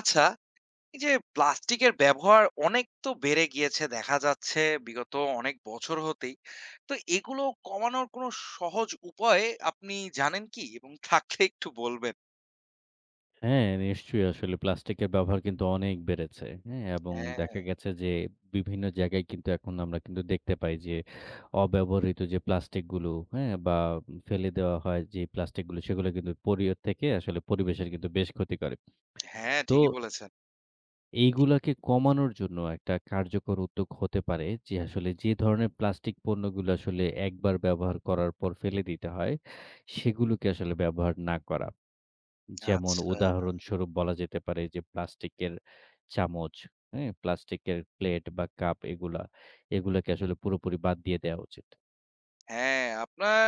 আচ্ছা, এই যে প্লাস্টিকের ব্যবহার অনেক তো বেড়ে গিয়েছে দেখা যাচ্ছে বিগত অনেক বছর হতেই। তো এগুলো কমানোর কোনো সহজ উপায় আপনি জানেন কি? এবং থাকলে একটু বলবেন? হ্যাঁ, নিশ্চয়ই আসলে প্লাস্টিকের ব্যবহার কিন্তু অনেক বেড়েছে। হ্যাঁ? এবং হ্যাঁ, দেখা গেছে যে বিভিন্ন জায়গায় কিন্তু এখন আমরা কিন্তু দেখতে পাই যে অব্যবহৃত যে প্লাস্টিকগুলো, হ্যাঁ? বা ফেলে দেওয়া হয় যে প্লাস্টিকগুলো সেগুলো কিন্তু পরিবেশ থেকে আসলে পরিবেশের কিন্তু বেশ ক্ষতি করে। হ্যাঁ, তো ঠিকই বলেছেন। এইগুলাকে কমানোর জন্য একটা কার্যকর উদ্যোগ হতে পারে যে আসলে যে ধরনের প্লাস্টিক পণ্যগুলো আসলে একবার ব্যবহার করার পর ফেলে দিতে হয়, সেগুলোকে আসলে ব্যবহার না করা। যেমন আচ্ছা, উদাহরণস্বরূপ বলা যেতে পারে যে প্লাস্টিকের চামচ, হ্যাঁ? প্লাস্টিকের প্লেট বা কাপ এগুলা, এগুলাকে আসলে পুরোপুরি বাদ দিয়ে দেয়া উচিত। হ্যাঁ, আপনার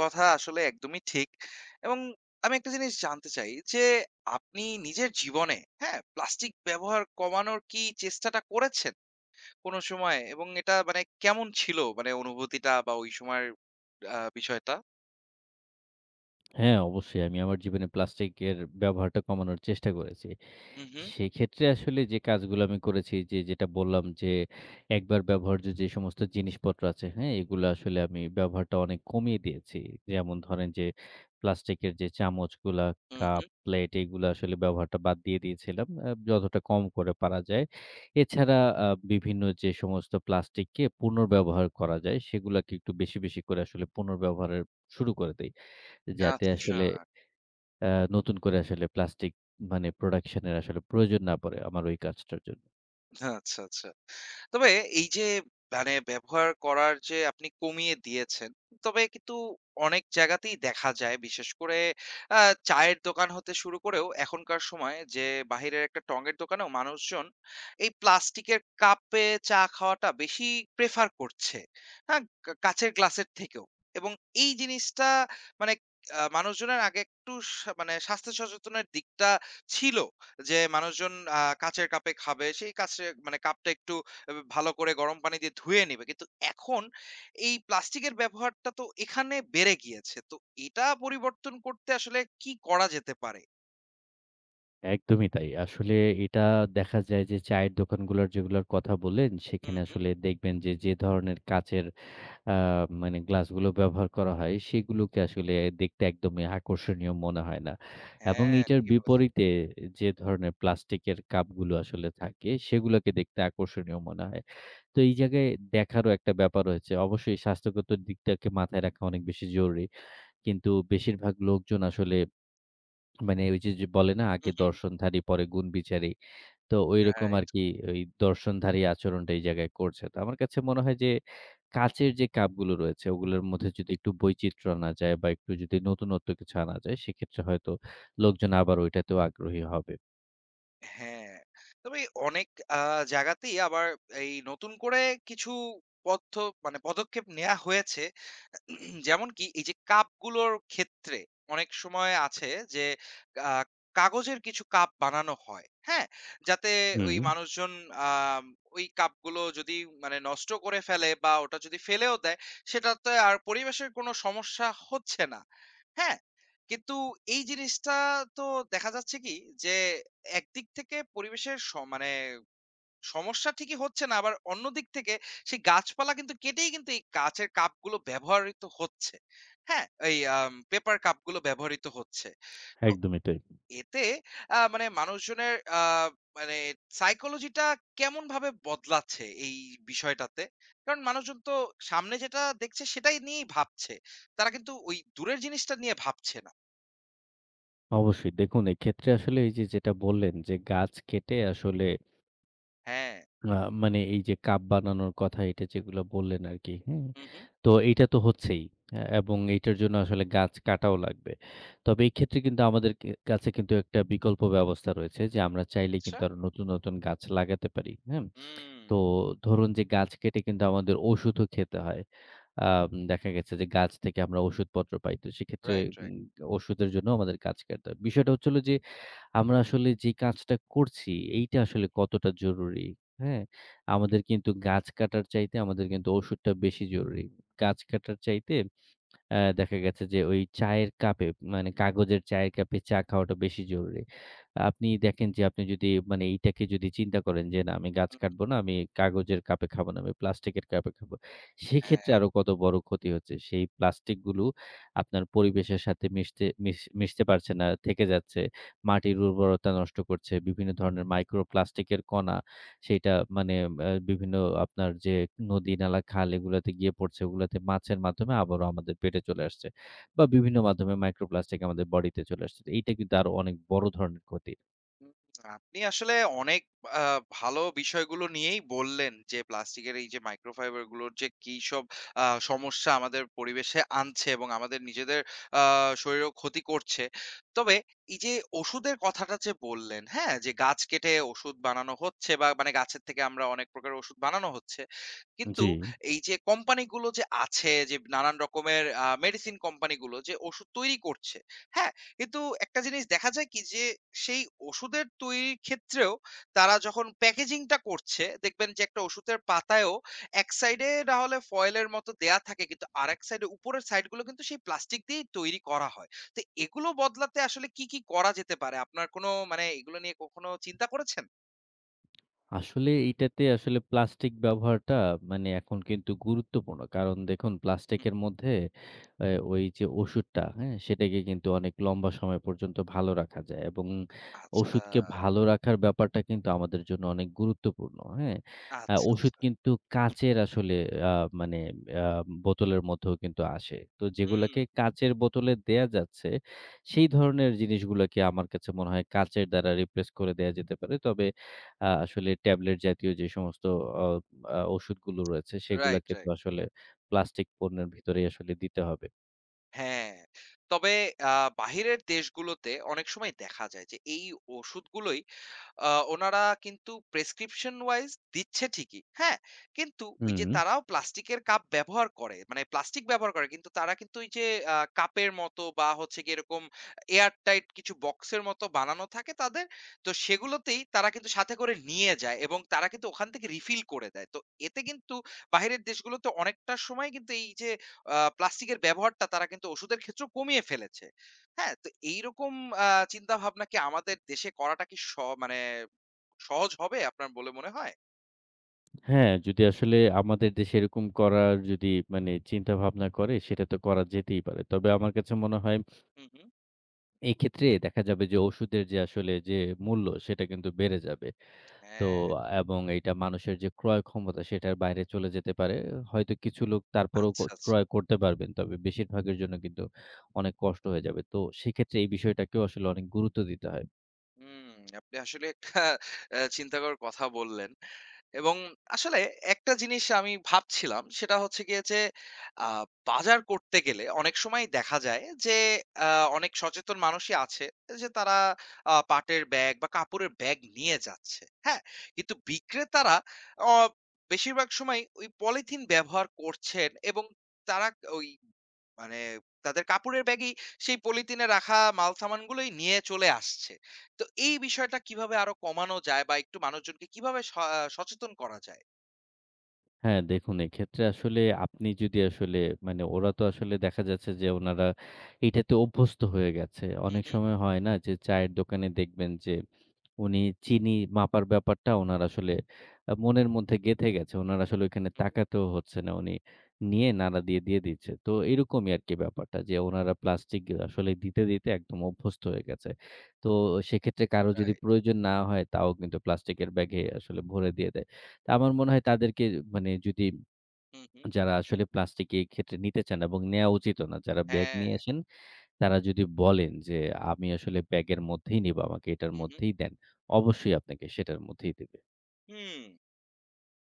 কথা আসলে একদমই ঠিক। এবং আমি একটা জিনিস জানতে চাই যে আপনি নিজের জীবনে, হ্যাঁ, প্লাস্টিক ব্যবহার কমানোর কি চেষ্টাটা করেছেন? কোনো সময় এবং এটা মানে কেমন ছিল? মানে অনুভূতিটা বা ওই সময়ের বিষয়টা? হ্যাঁ, অবশ্যই আমি আমার জীবনে প্লাস্টিকের ব্যবহারটা কমানোর চেষ্টা করেছি। হু, হু, সেক্ষেত্রে আসলে যে কাজগুলো আমি করেছি যে যেটা বললাম যে একবার ব্যবহার্য যে সমস্ত জিনিসপত্র আছে, হ্যাঁ? এগুলো আসলে আমি ব্যবহারটা অনেক কমিয়ে দিয়েছি। যেমন ধরেন যে প্লাস্টিকের যে চামচগুলা, হু, হু। কাপ, প্লেট এগুলো আসলে ব্যবহারটা বাদ দিয়ে দিয়েছিলাম যতটা কম করে পারা যায়। এছাড়া আ বিভিন্ন যে সমস্ত প্লাস্টিককে পুনর্ব্যবহার করা যায় সেগুলাকে একটু বেশি, বেশি করে আসলে পুনর্ব্যবহারের শুরু করে দেই। যাতে আচ্ছা, আসলে আ নতুন করে আসলে প্লাস্টিক মানে প্রোডাকশন এর আসলে প্রয়োজন না পড়ে আমার ওই কাজটার জন্য। আচ্ছা, আচ্ছা। তবে এই যে মানে ব্যবহার করার যে আপনি কমিয়ে দিয়েছেন, তবে কিন্তু অনেক জায়গাতেই দেখা যায় বিশেষ করে আ চায়ের দোকান হতে শুরু করেও এখনকার সময় যে বাহিরের একটা টঙের দোকানেও মানুষজন এই প্লাস্টিকের কাপে চা খাওয়াটা বেশি প্রেফার করছে। হ্যাঁ? কাঁচের গ্লাসের থেকেও। এবং এই জিনিসটা মানে মানুষজনের আগে একটু মানে স্বাস্থ্য সচেতনের দিকটা ছিল যে মানুষজন কাঁচের কাপে খাবে। সেই কাঁচের মানে কাপটা একটু তবে ভালো করে গরম পানি দিয়ে ধুয়ে নিবে। কিন্তু এখন এই প্লাস্টিকের ব্যবহারটা তো এখানে বেড়ে গিয়েছে। তো এটা পরিবর্তন করতে আসলে কি করা যেতে পারে? একদমই তাই। আসলে এটা দেখা যায় যে চায়ের দোকানগুলোর যেগুলোর কথা বললেন, হুম, সেখানে হুম। আসলে দেখবেন যে, যে ধরনের কাঁচের আ মানে গ্লাসগুলো ব্যবহার করা হয়, সেগুলোকে আসলে দেখতে একদমই আকর্ষণীয় মনে হয় না। এবং হ্যাঁ, এইটার ঠিকই বলেছেন। বিপরীতে যে ধরনের প্লাস্টিকের কাপগুলো আসলে থাকে, সেগুলোকে দেখতে আকর্ষণীয় মনে হয়। তো এই জায়গায় দেখারও একটা ব্যাপার রয়েছে। অবশ্যই স্বাস্থ্যগত দিকটাকে মাথায় রাখা অনেক বেশি জরুরি। কিন্তু বেশিরভাগ লোকজন আসলে মানে ওই যে, যে বলে না, "আগে হুম, হুম। দর্শনধারী পরে গুণবিচারী।" তো ঐরকম রাইট। আরকি ওই দর্শনধারী আচরণটা এই জায়গায় করছে। তো আমার কাছে মনে হয় যে, কাঁচের যে কাপগুলো রয়েছে, ওগুলোর মধ্যে যদি একটু বৈচিত্র্য আনা যায় বা একটু যদি নতুনত্ব কিছু আনা যায়, সেক্ষেত্রে হয়তো লোকজন আবার ঐটাতেও আগ্রহী হবে। হ্যাঁ। তবে অনেক আ জায়গাতেই আবার এই নতুন করে কিছু পথ্য মানে পদক্ষেপ নেয়া হয়েছে। যেমন কি এই যে কাপগুলোর ক্ষেত্রে অনেক সময় আছে যে আহ, কাগজের কিছু কাপ বানানো হয়, হ্যাঁ, যাতে ওই হুম, মানুষজন, আহ, ওই কাপগুলো যদি মানে নষ্ট করে ফেলে বা ওটা যদি ফেলেও দেয়, সেটাতে আর পরিবেশের কোনো সমস্যা হচ্ছে না। হ্যাঁ, কিন্তু এই জিনিসটা তো দেখা যাচ্ছে কি যে একদিক থেকে পরিবেশের মানে সমস্যা ঠিকই হচ্ছে না, আবার অন্য দিক থেকে সেই গাছপালা কিন্তু কেটেই কিন্তু এই কাঁচের কাপগুলো ব্যবহৃত হচ্ছে। হ্যাঁ? এই পেপার কাপগুলো ব্যবহৃত হচ্ছে। তো একদমই তাই। এতে মানে মানুষজনের মানে সাইকোলজিটা কেমনভাবে বদলাচ্ছে এই বিষয়টাতে? কারণ মানুষজন তো সামনে যেটা দেখছে সেটাই নিয়েই ভাবছে। তারা কিন্তু ওই দূরের জিনিসটা নিয়ে ভাবছে না। অবশ্যই। দেখুন এক্ষেত্রে আসলে এই যে যেটা বললেন যে, গাছ কেটে আসলে হ্যাঁ। আ মানে এই যে কাপ বানানোর কথা এটা যেগুলা বললেন আরকি, হ্যাঁ? হু, হু। তো এইটা তো হচ্ছেই। এবং এইটার জন্য আসলে গাছ কাটাও লাগবে। তবে এই ক্ষেত্রে কিন্তু আমাদের কে কাছে কিন্তু একটা বিকল্প ব্যবস্থা রয়েছে যে আমরা চাইলে আচ্ছা। কিন্তু আরো নতুন, নতুন গাছ লাগাতে পারি, হ্যাঁ? হুম। তো ধরুন যে গাছ কেটে কিন্তু আমাদের ওষুধও খেতে হয়। দেখা গেছে যে গাছ থেকে আমরা ওষুধপত্র পাই। তো সেক্ষেত্রে রাইট, রাইট। উম ওষুধের জন্য আমাদের গাছ কাটতে হয়। বিষয়টা হচ্ছে হলো যে আমরা আসলে যে কাজটা করছি এইটা হু, আসলে কতটা জরুরি, হ্যাঁ? আমাদের কিন্তু গাছ কাটার চাইতে আমাদের কিন্তু ওষুধটা বেশি জরুরি। গাছ কাটার চাইতে দেখা গেছে যে ওই চায়ের কাপে মানে কাগজের চায়ের কাপে চা খাওয়াটা বেশি জরুরি। আপনি দেখেন যে আপনি যদি মানে এইটাকে যদি চিন্তা করেন যে না আমি গাছ হু, কাটবো না, আমি কাগজের কাপে খাবো না, আমি প্লাস্টিকের কাপে খাবো। সেক্ষেত্রে হ্যাঁ। আরো কত বড় ক্ষতি হচ্ছে। সেই প্লাস্টিকগুলো আপনার পরিবেশের সাথে মিশতে পারছে না, থেকে যাচ্ছে। মাটির উর্বরতা নষ্ট করছে। বিভিন্ন ধরনের মাইক্রোপ্লাস্টিকের কণা সেইটা মানে বিভিন্ন আপনার যে নদী, নালা, খাল এগুলাতে গিয়ে পড়ছে, ওগুলাতে মাছের মাধ্যমে আবারও আমাদের পেটে চলে আসছে। বা বিভিন্ন মাধ্যমে মাইক্রোপ্লাস্টিক আমাদের বডিতে চলে আসছে। এইটা কিন্তু আরো অনেক বড় ধরনের ক্ষতি। হুম, আপনি আসলে অনেক আ ভালো বিষয়গুলো নিয়েই বললেন যে, প্লাস্টিকের এই যে মাইক্রোফাইবার গুলোর যে কি সব সমস্যা আমাদের পরিবেশে আনছে এবং আমাদের নিজেদের আ শরীরেও ক্ষতি করছে। তবে এই যে ওষুধের কথাটা যে বললেন, হ্যাঁ? যে গাছ কেটে ওষুধ বানানো হচ্ছে বা মানে গাছের থেকে আমরা অনেক প্রকারের ওষুধ বানানো হচ্ছে। কিন্তু জি। এই যে কোম্পানিগুলো যে আছে, যে নানান রকমের মেডিসিন কোম্পানিগুলো যে ওষুধ তৈরি করছে, হ্যাঁ? কিন্তু একটা জিনিস দেখা যায় কি যে সেই ওষুধের তৈরির ক্ষেত্রেও তারা যখন প্যাকেজিংটা করছে, দেখবেন যে একটা ওষুধের পাতায়ও এক সাইডে না হলে ফয়েলের মতো দেয়া থাকে, কিন্তু আরেক সাইডে উপরের সাইডগুলো কিন্তু সেই প্লাস্টিক দিয়েই তৈরি করা হয়। তো এগুলো বদলাতে আসলে কি কি করা যেতে পারে? আপনার কোনো মানে এগুলো নিয়ে কখনো চিন্তা করেছেন? আসলে এইটাতে আসলে প্লাস্টিক ব্যবহারটা মানে এখন কিন্তু গুরুত্বপূর্ণ। কারণ দেখুন হুম, প্লাস্টিকের হুম। মধ্যে ওই যে ওষুধটা, হ্যাঁ? সেটাকে কিন্তু অনেক লম্বা সময় পর্যন্ত ভালো রাখা যায় এবং আচ্ছা, ওষুধকে ভালো রাখার ব্যাপারটা কিন্তু আমাদের জন্য অনেক গুরুত্বপূর্ণ, হ্যাঁ? আচ্ছা, ওষুধ আচ্ছা। কিন্তু কাঁচের আসলে আ মানে আ বোতলের মধ্যেও কিন্তু আসে। তো হুম। যেগুলাকে কাঁচের বোতলে দেয়া যাচ্ছে, সেই ধরনের জিনিসগুলাকে আমার কাছে মনে হয় কাঁচের দ্বারা রিপ্লেস করে দেয়া যেতে পারে। তবে আসলে ট্যাবলেট জাতীয় যে সমস্ত অ আ ওষুধগুলো রয়েছে রাইট, সেগুলাকে তো রাইট। আসলে প্লাস্টিক পণ্যের ভিতরেই আসলে দিতে হবে। হ্যাঁ। তবে বাহিরের দেশগুলোতে অনেক সময় দেখা যায় যে এই ওষুধগুলোই, ওনারা কিন্তু প্রেসক্রিপশন ওয়াইজ দিচ্ছে ঠিকই। হ্যাঁ? কিন্তু ওই যে হুম, তারাও প্লাস্টিকের কাপ ব্যবহার করে। মানে প্লাস্টিক ব্যবহার করে, কিন্তু তারা কিন্তু ওই যে কাপের মতো বা হচ্ছে গিয়ে এরকম এয়ার টাইট কিছু বক্সের মতো বানানো থাকে তাদের। তো সেগুলোতেই তারা কিন্তু সাথে করে নিয়ে যায় এবং তারা কিন্তু ওখান থেকে রিফিল করে দেয়। তো এতে কিন্তু বাহিরের দেশগুলোতে অনেকটা সময় কিন্তু এই যে প্লাস্টিকের ব্যবহারটা তারা কিন্তু ওষুধের ক্ষেত্রেও কমিয়ে ফেলেছে। হ্যাঁ, তো এইরকম আ চিন্তাভাবনা কি আমাদের দেশে করাটা কি মানে সহজ হবে আপনার বলে মনে হয়? হ্যাঁ, যদি আসলে আমাদের দেশে এরকম করার যদি মানে চিন্তাভাবনা করে সেটা তো করা যেতেই পারে। তবে আমার কাছে মনে হয় হু, হু। এক্ষেত্রে দেখা যাবে যে ওষুধের যে আসলে যে মূল্য সেটা কিন্তু বেড়ে যাবে। তো হ্যাঁ, এবং এইটা মানুষের যে ক্রয় ক্ষমতা সেটার বাইরে চলে যেতে পারে। হয়তো কিছু লোক তারপরেও আচ্ছা, আচ্ছা। ক্রয় করতে পারবেন। তবে বেশিরভাগের জন্য কিন্তু অনেক কষ্ট হয়ে যাবে। তো সেক্ষেত্রে এই বিষয়টাকেও আসলে অনেক গুরুত্ব দিতে হয়। হুম, আপনি আসলে একটা চিন্তাকর কথা বললেন। এবং আসলে একটা জিনিস আমি ভাবছিলাম, সেটা হচ্ছে গিয়ে যে আ বাজার করতে গেলে অনেক সময় দেখা যায় যে আ অনেক সচেতন মানুষই আছে যে তারা পাটের ব্যাগ বা কাপড়ের ব্যাগ নিয়ে যাচ্ছে। হ্যাঁ? কিন্তু বিক্রেতারা অ বেশিরভাগ সময় ওই পলিথিন ব্যবহার করছেন এবং তারা ওই মানে তাদের কাপড়ের ব্যাগেই সেই পলিথিনে রাখা মালসামানগুলোই নিয়ে চলে আসছে। তো এই বিষয়টা কিভাবে আরো কমানো যায় বা একটু মানুষজনকে কিভাবে স আ সচেতন করা যায়? হ্যাঁ, দেখুন এক্ষেত্রে আসলে আপনি যদি আসলে মানে ওরা তো আসলে দেখা যাচ্ছে যে উনারা এটাতে অভ্যস্ত হয়ে গেছে। হু, অনেক হু, সময় হয় না যে চায়ের দোকানে দেখবেন যে উনি চিনি মাপার ব্যাপারটা উনার আসলে মনের মধ্যে গেঁথে গেছে। উনার আসলে ওইখানে হু, হু, তাকাতেও হচ্ছে না। উনি নিয়ে নাড়া দিয়ে, দিয়ে দিচ্ছে। তো এরকমই আরকি ব্যাপারটা যে উনারা প্লাস্টিক আসলে দিতে, দিতে একদম অভ্যস্ত হয়ে গেছে। তো সেক্ষেত্রে কারো যদি রাইট। প্রয়োজন না হয় তাও কিন্তু প্লাস্টিকের ব্যাগে আসলে ভরে দিয়ে দেয়। তো আমার মনে হয় তাদেরকে মানে যদি হু, হু, যারা আসলে প্লাস্টিক এই ক্ষেত্রে নিতে চান এবং নেয়া উচিতও না। যারা ব্যাগ হ্যাঁ, নিয়ে আসেন তারা যদি বলেন যে, "আমি আসলে ব্যাগের মধ্যেই নিবো, আমাকে এটার হু, হু, মধ্যেই দেন।" অবশ্যই আপনাকে সেটার মধ্যেই দিবে। হুম।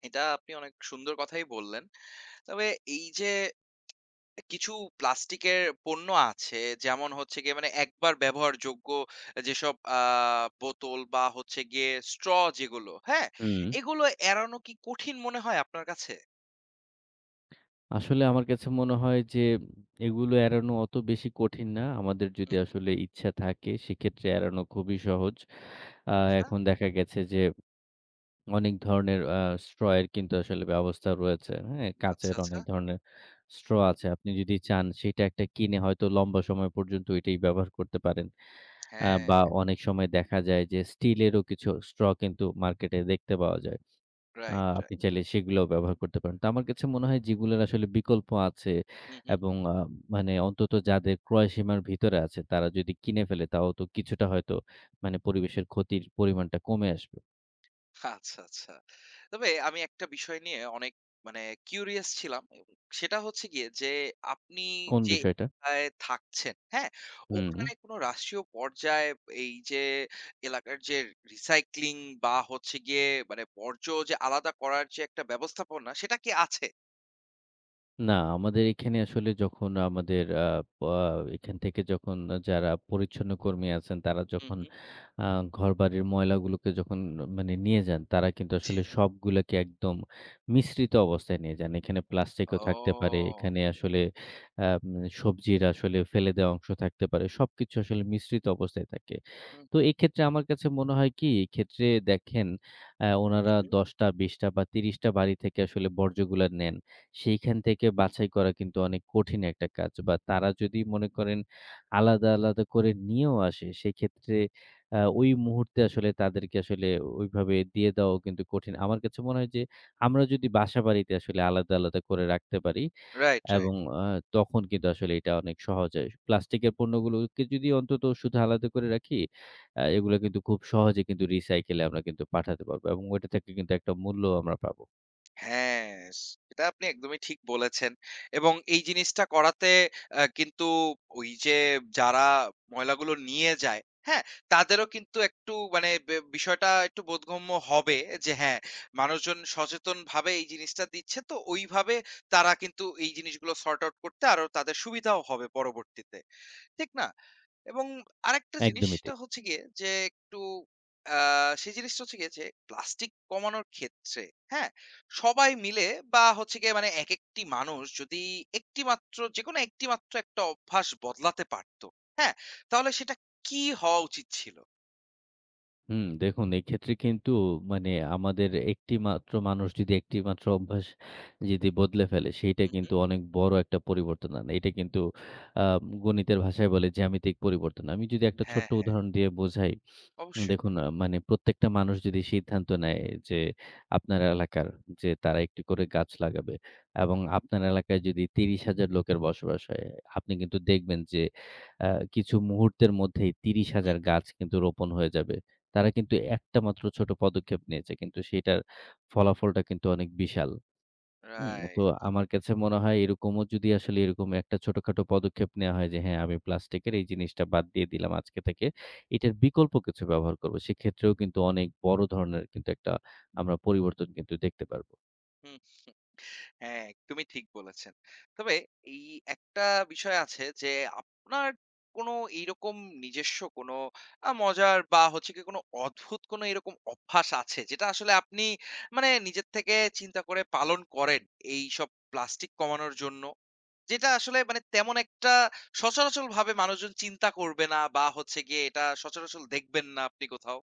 এটা আপনি অনেক সুন্দর কথাই বললেন। তবে এই যে কিছু প্লাস্টিকের পণ্য আছে, যেমন হচ্ছে গিয়ে মানে একবার ব্যবহারযোগ্য যেসব বোতল বা হচ্ছে গিয়ে স্ট্র যেগুলো, হ্যাঁ? হুম। এগুলো এড়ানো কি কঠিন মনে হয় আপনার কাছে? আসলে আমার কাছে মনে হয় যে, এগুলো এড়ানো অত বেশি কঠিন না। আমাদের যদি আসলে ইচ্ছা থাকে সেক্ষেত্রে এড়ানো খুবই সহজ। আ আচ্ছা, এখন দেখা গেছে যে অনেক ধরনের straw এর কিন্তু আসলে ব্যবস্থা রয়েছে। হ্যাঁ? আচ্ছা, কাঁচের আচ্ছা। অনেক ধরনের straw আছে। আপনি যদি চান সেটা একটা কিনে হয়তো লম্বা সময় পর্যন্ত এটাই ব্যবহার করতে পারেন। হ্যাঁ, বা অনেক সময় দেখা যায় যে স্টিলেরও কিছু straw কিন্তু মার্কেটে দেখতে পাওয়া যায়। আ রাইট, আপনি রাইট। চাইলে সেগুলোও ব্যবহার করতে পারেন। তো আমার কাছে মনে হয় যেগুলোর আসলে বিকল্প আছে হুম, হুম। এবং মানে অন্তত যাদের ক্রয় সীমার ভিতরে আছে তারা যদি কিনে ফেলে তাও তো কিছুটা হয়তো মানে পরিবেশের ক্ষতির পরিমাণটা কমে আসবে। আচ্ছা, আচ্ছা। তবে আমি একটা বিষয় নিয়ে অনেক মানে কিউরিয়াস ছিলাম, এবং সেটা হচ্ছে গিয়ে যে আপনি কোন যে বিষয়টা? এলাকায় থাকছেন, হ্যাঁ? হুম। ওখানে কোনো রাষ্ট্রীয় পর্যায়ে এই যে এলাকার যে রিসাইক্লিং বা হচ্ছে গিয়ে মানে বর্জ্য যে আলাদা করার যে একটা ব্যবস্থাপনা, সেটা কি আছে? না, আমাদের এখানে আসলে যখন আমাদের আ পা এখান থেকে যখন যারা পরিচ্ছন্ন কর্মী আছেন, তারা হুম, যখন হুম। আ ঘরবাড়ির ময়লাগুলোকে যখন মানে নিয়ে যান, তারা কিন্তু জি, আসলে জি। সবগুলোকে একদম মিশ্রিত অবস্থায় নিয়ে যান। এখানে প্লাস্টিকও থাকতে পারে, ও! এখানে আসলে আম সবজির আসলে ফেলে দেওয়া অংশ থাকতে পারে। সবকিছু আসলে মিশ্রিত অবস্থায় থাকে। হুম, তো হুম, এক্ষেত্রে আমার কাছে মনে হয় কি, এক্ষেত্রে দেখেন হুম, ওনারা হুম। ১০ টা, ২০ টা বা ৩০ টা বাড়ি থেকে আসলে বর্জ্যগুলা নেন। সেইখান থেকে বাছাই করা কিন্তু অনেক কঠিন একটা কাজ বা তারা যদি মনে করেন আলাদা, আলাদা করে নিয়েও আসে সেক্ষেত্রে ওই মুহূর্তে আসলে তাদেরকে আসলে ওইভাবে দিয়ে দেওয়াও কিন্তু কঠিন। আমার কাছে মনে হয় যে আমরা যদি বাসাবাড়িতে আসলে আলাদা, আলাদা করে রাখতে পারি রাইট, রাইট। এবং আ তখন কিন্তু আসলে এটা অনেক সহজ হয়। প্লাস্টিকের পণ্যগুলোকে যদি অন্তত শুধু আলাদা করে রাখি, এগুলো কিন্তু খুব সহজে কিন্তু রিসাইকেলে আমরা কিন্তু পাঠাতে পারবো এবং ওইটা থেকে কিন্তু একটা মূল্য আমরা পাবো। হ্যাঁ, এটা আপনি একদমই ঠিক বলেছেন। এবং এই জিনিসটা করাতে কিন্তু ওই যে যারা ময়লাগুলো নিয়ে যায়, হ্যাঁ? তাদেরও কিন্তু একটু মানে বিষয়টা একটু বোধগম্য হবে যে হ্যাঁ, মানুষজন সচেতনভাবে এই জিনিসটা দিচ্ছে, তো ওইভাবে তারা কিন্তু এই জিনিসগুলো সর্ট আউট করতে আরো তাদের সুবিধাও হবে পরবর্তীতে। ঠিক না? এবং আরেকটা একদমই জিনিসটা তাই। হচ্ছে গিয়ে যে একটু সেই জিনিসটা হচ্ছে গিয়ে যে প্লাস্টিক কমানোর ক্ষেত্রে, হ্যাঁ? সবাই মিলে বা হচ্ছে গিয়ে মানে একেকটি মানুষ যদি একটি মাত্র যেকোনো একটি মাত্র একটা অভ্যাস বদলাতে পারত, হ্যাঁ? তাহলে সেটা কি হওয়া উচিত ছিল? হুম, দেখুন এক্ষেত্রে কিন্তু মানে আমাদের একটিমাত্র মানুষ যদি একটিমাত্র অভ্যাস যদি বদলে ফেলে, সেইটা হু, হু। কিন্তু অনেক বড় একটা পরিবর্তন আনে। এটা কিন্তু আ গণিতের ভাষায় বলে জ্যামিতিক পরিবর্তন। আমি যদি একটা হ্যাঁ, ছোট্ট হ্যাঁ। উদাহরণ দিয়ে বোঝাই। অবশ্যই। দেখুন মানে প্রত্যেকটা মানুষ যদি সিদ্ধান্ত নেয় যে আপনার এলাকার যে তারা একটি করে গাছ লাগাবে এবং আপনার এলাকায় যদি ৩০,০০০ লোকের বসবাস হয়, আপনি কিন্তু দেখবেন যে আ কিছু মুহূর্তের মধ্যেই হু, ৩০,০০০ হু। গাছ কিন্তু রোপণ হয়ে যাবে। তারা কিন্তু একটা মাত্র ছোট পদক্ষেপ নিয়েছে। কিন্তু সেটার ফলাফলটা কিন্তু অনেক বিশাল। তো রাইট। আমার কাছে মনে হয় এরকমও যদি আসলে এরকম একটা ছোটখাটো পদক্ষেপ নেওয়া হয় যে হ্যাঁ, আমি প্লাস্টিকের এই জিনিসটা বাদ দিয়ে দিলাম আজকে থেকে। এটার বিকল্প কিছু ব্যবহার করব। সেক্ষেত্রেও কিন্তু অনেক বড় ধরনের কিন্তু একটা আমরা পরিবর্তন কিন্তু দেখতে পারব। হু। হ্যাঁ, একদমই ঠিক বলেছেন। তবে এই একটা বিষয় আছে যে আপনার কোনো এইরকম নিজস্ব কোনো মজার বা হচ্ছে গিয়ে কোনো অদ্ভুত কোনো এরকম অভ্যাস আছে যেটা আসলে আপনি মানে নিজের থেকে চিন্তা করে পালন করেন এইসব প্লাস্টিক কমানোর জন্য? যেটা আসলে মানে তেমন একটা সচরাচরভাবে মানুষজন চিন্তা করবে না বা হচ্ছে গিয়ে এটা সচরাচর দেখবেন না আপনি কোথাও?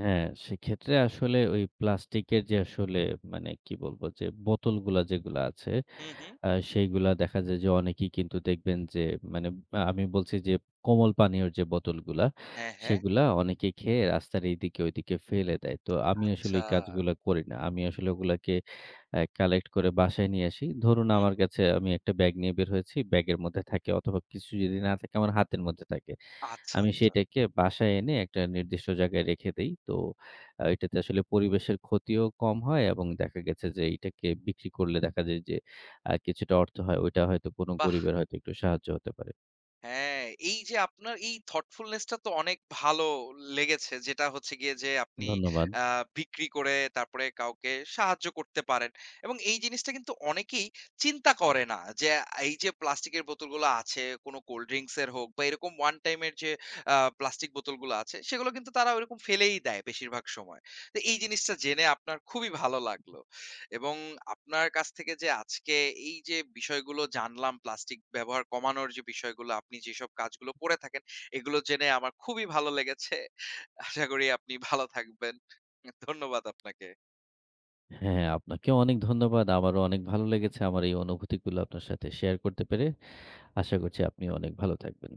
হ্যাঁ, সেক্ষেত্রে আসলে ওই প্লাস্টিকের যে আসলে মানে কি বলবো? যে বোতলগুলা যেগুলা আছে, হুম, হুম। সেইগুলা দেখা যায় যে অনেকেই কিন্তু দেখবেন যে মানে আমি বলছি যে কোমল পানীয়র যে বোতলগুলা, হ্যাঁ, হ্যাঁ। সেগুলা অনেকে খেয়ে রাস্তার এইদিকে ওইদিকে ফেলে দেয়। তো আমি আসলে আচ্ছা। এই কাজগুলা করি না। আমি আসলে ওগুলাকে কালেক্ট করে বাসায় নিয়ে আসি। ধরুন হুম, আমার হুম। কাছে আমি একটা ব্যাগ নিয়ে বের হয়েছি। ব্যাগের মধ্যে থাকে অথবা কিছু যদি না থাকে আমার হাতের মধ্যে থাকে। আচ্ছা, আমি আচ্ছা। সেটাকে বাসায় এনে একটা নির্দিষ্ট জায়গায় রেখে দেই। তো এটাতে আসলে পরিবেশের ক্ষতিও কম হয় এবং দেখা গেছে যে এইটাকে বিক্রি করলে দেখা যায় যে কিছুটা অর্থ হয়। ওইটা হয়তো কোনো বাহ! গরিবের হয়তো একটু সাহায্য হতে পারে। হ্যাঁ, এই যে আপনার এই thoughtfulness টা তো অনেক ভালো লেগেছে। যেটা হচ্ছে গিয়ে যে আপনি ধন্যবাদ। আ বিক্রি করে তারপরে কাউকে সাহায্য করতে পারেন। এবং এই জিনিসটা কিন্তু অনেকেই চিন্তা করে না যে এই যে প্লাস্টিকের বোতলগুলো আছে, কোনো কোল্ড ড্রিংকস এর হোক বা এরকম one time এর যে প্লাস্টিক বোতলগুলো আছে, সেগুলো কিন্তু তারা ওইরকম ফেলেই দেয় বেশিরভাগ সময়। তো এই জিনিসটা জেনে আপনার খুবই ভালো লাগলো। এবং আপনার কাছ থেকে যে আজকে এই যে বিষয়গুলো জানলাম, প্লাস্টিক ব্যবহার কমানোর যে বিষয়গুলো আপনি যেসব কাজগুলো করে থাকেন, এগুলো জেনে আমার খুবই ভালো লেগেছে। আশা করি আপনি ভালো থাকবেন। ধন্যবাদ আপনাকে। হ্যাঁ, আপনাকেও অনেক ধন্যবাদ। আমারও অনেক ভালো লেগেছে আমার এই অনুভূতিগুলো আপনার সাথে শেয়ার করতে পেরে। আশা করছি আপনি অনেক ভালো থাকবেন।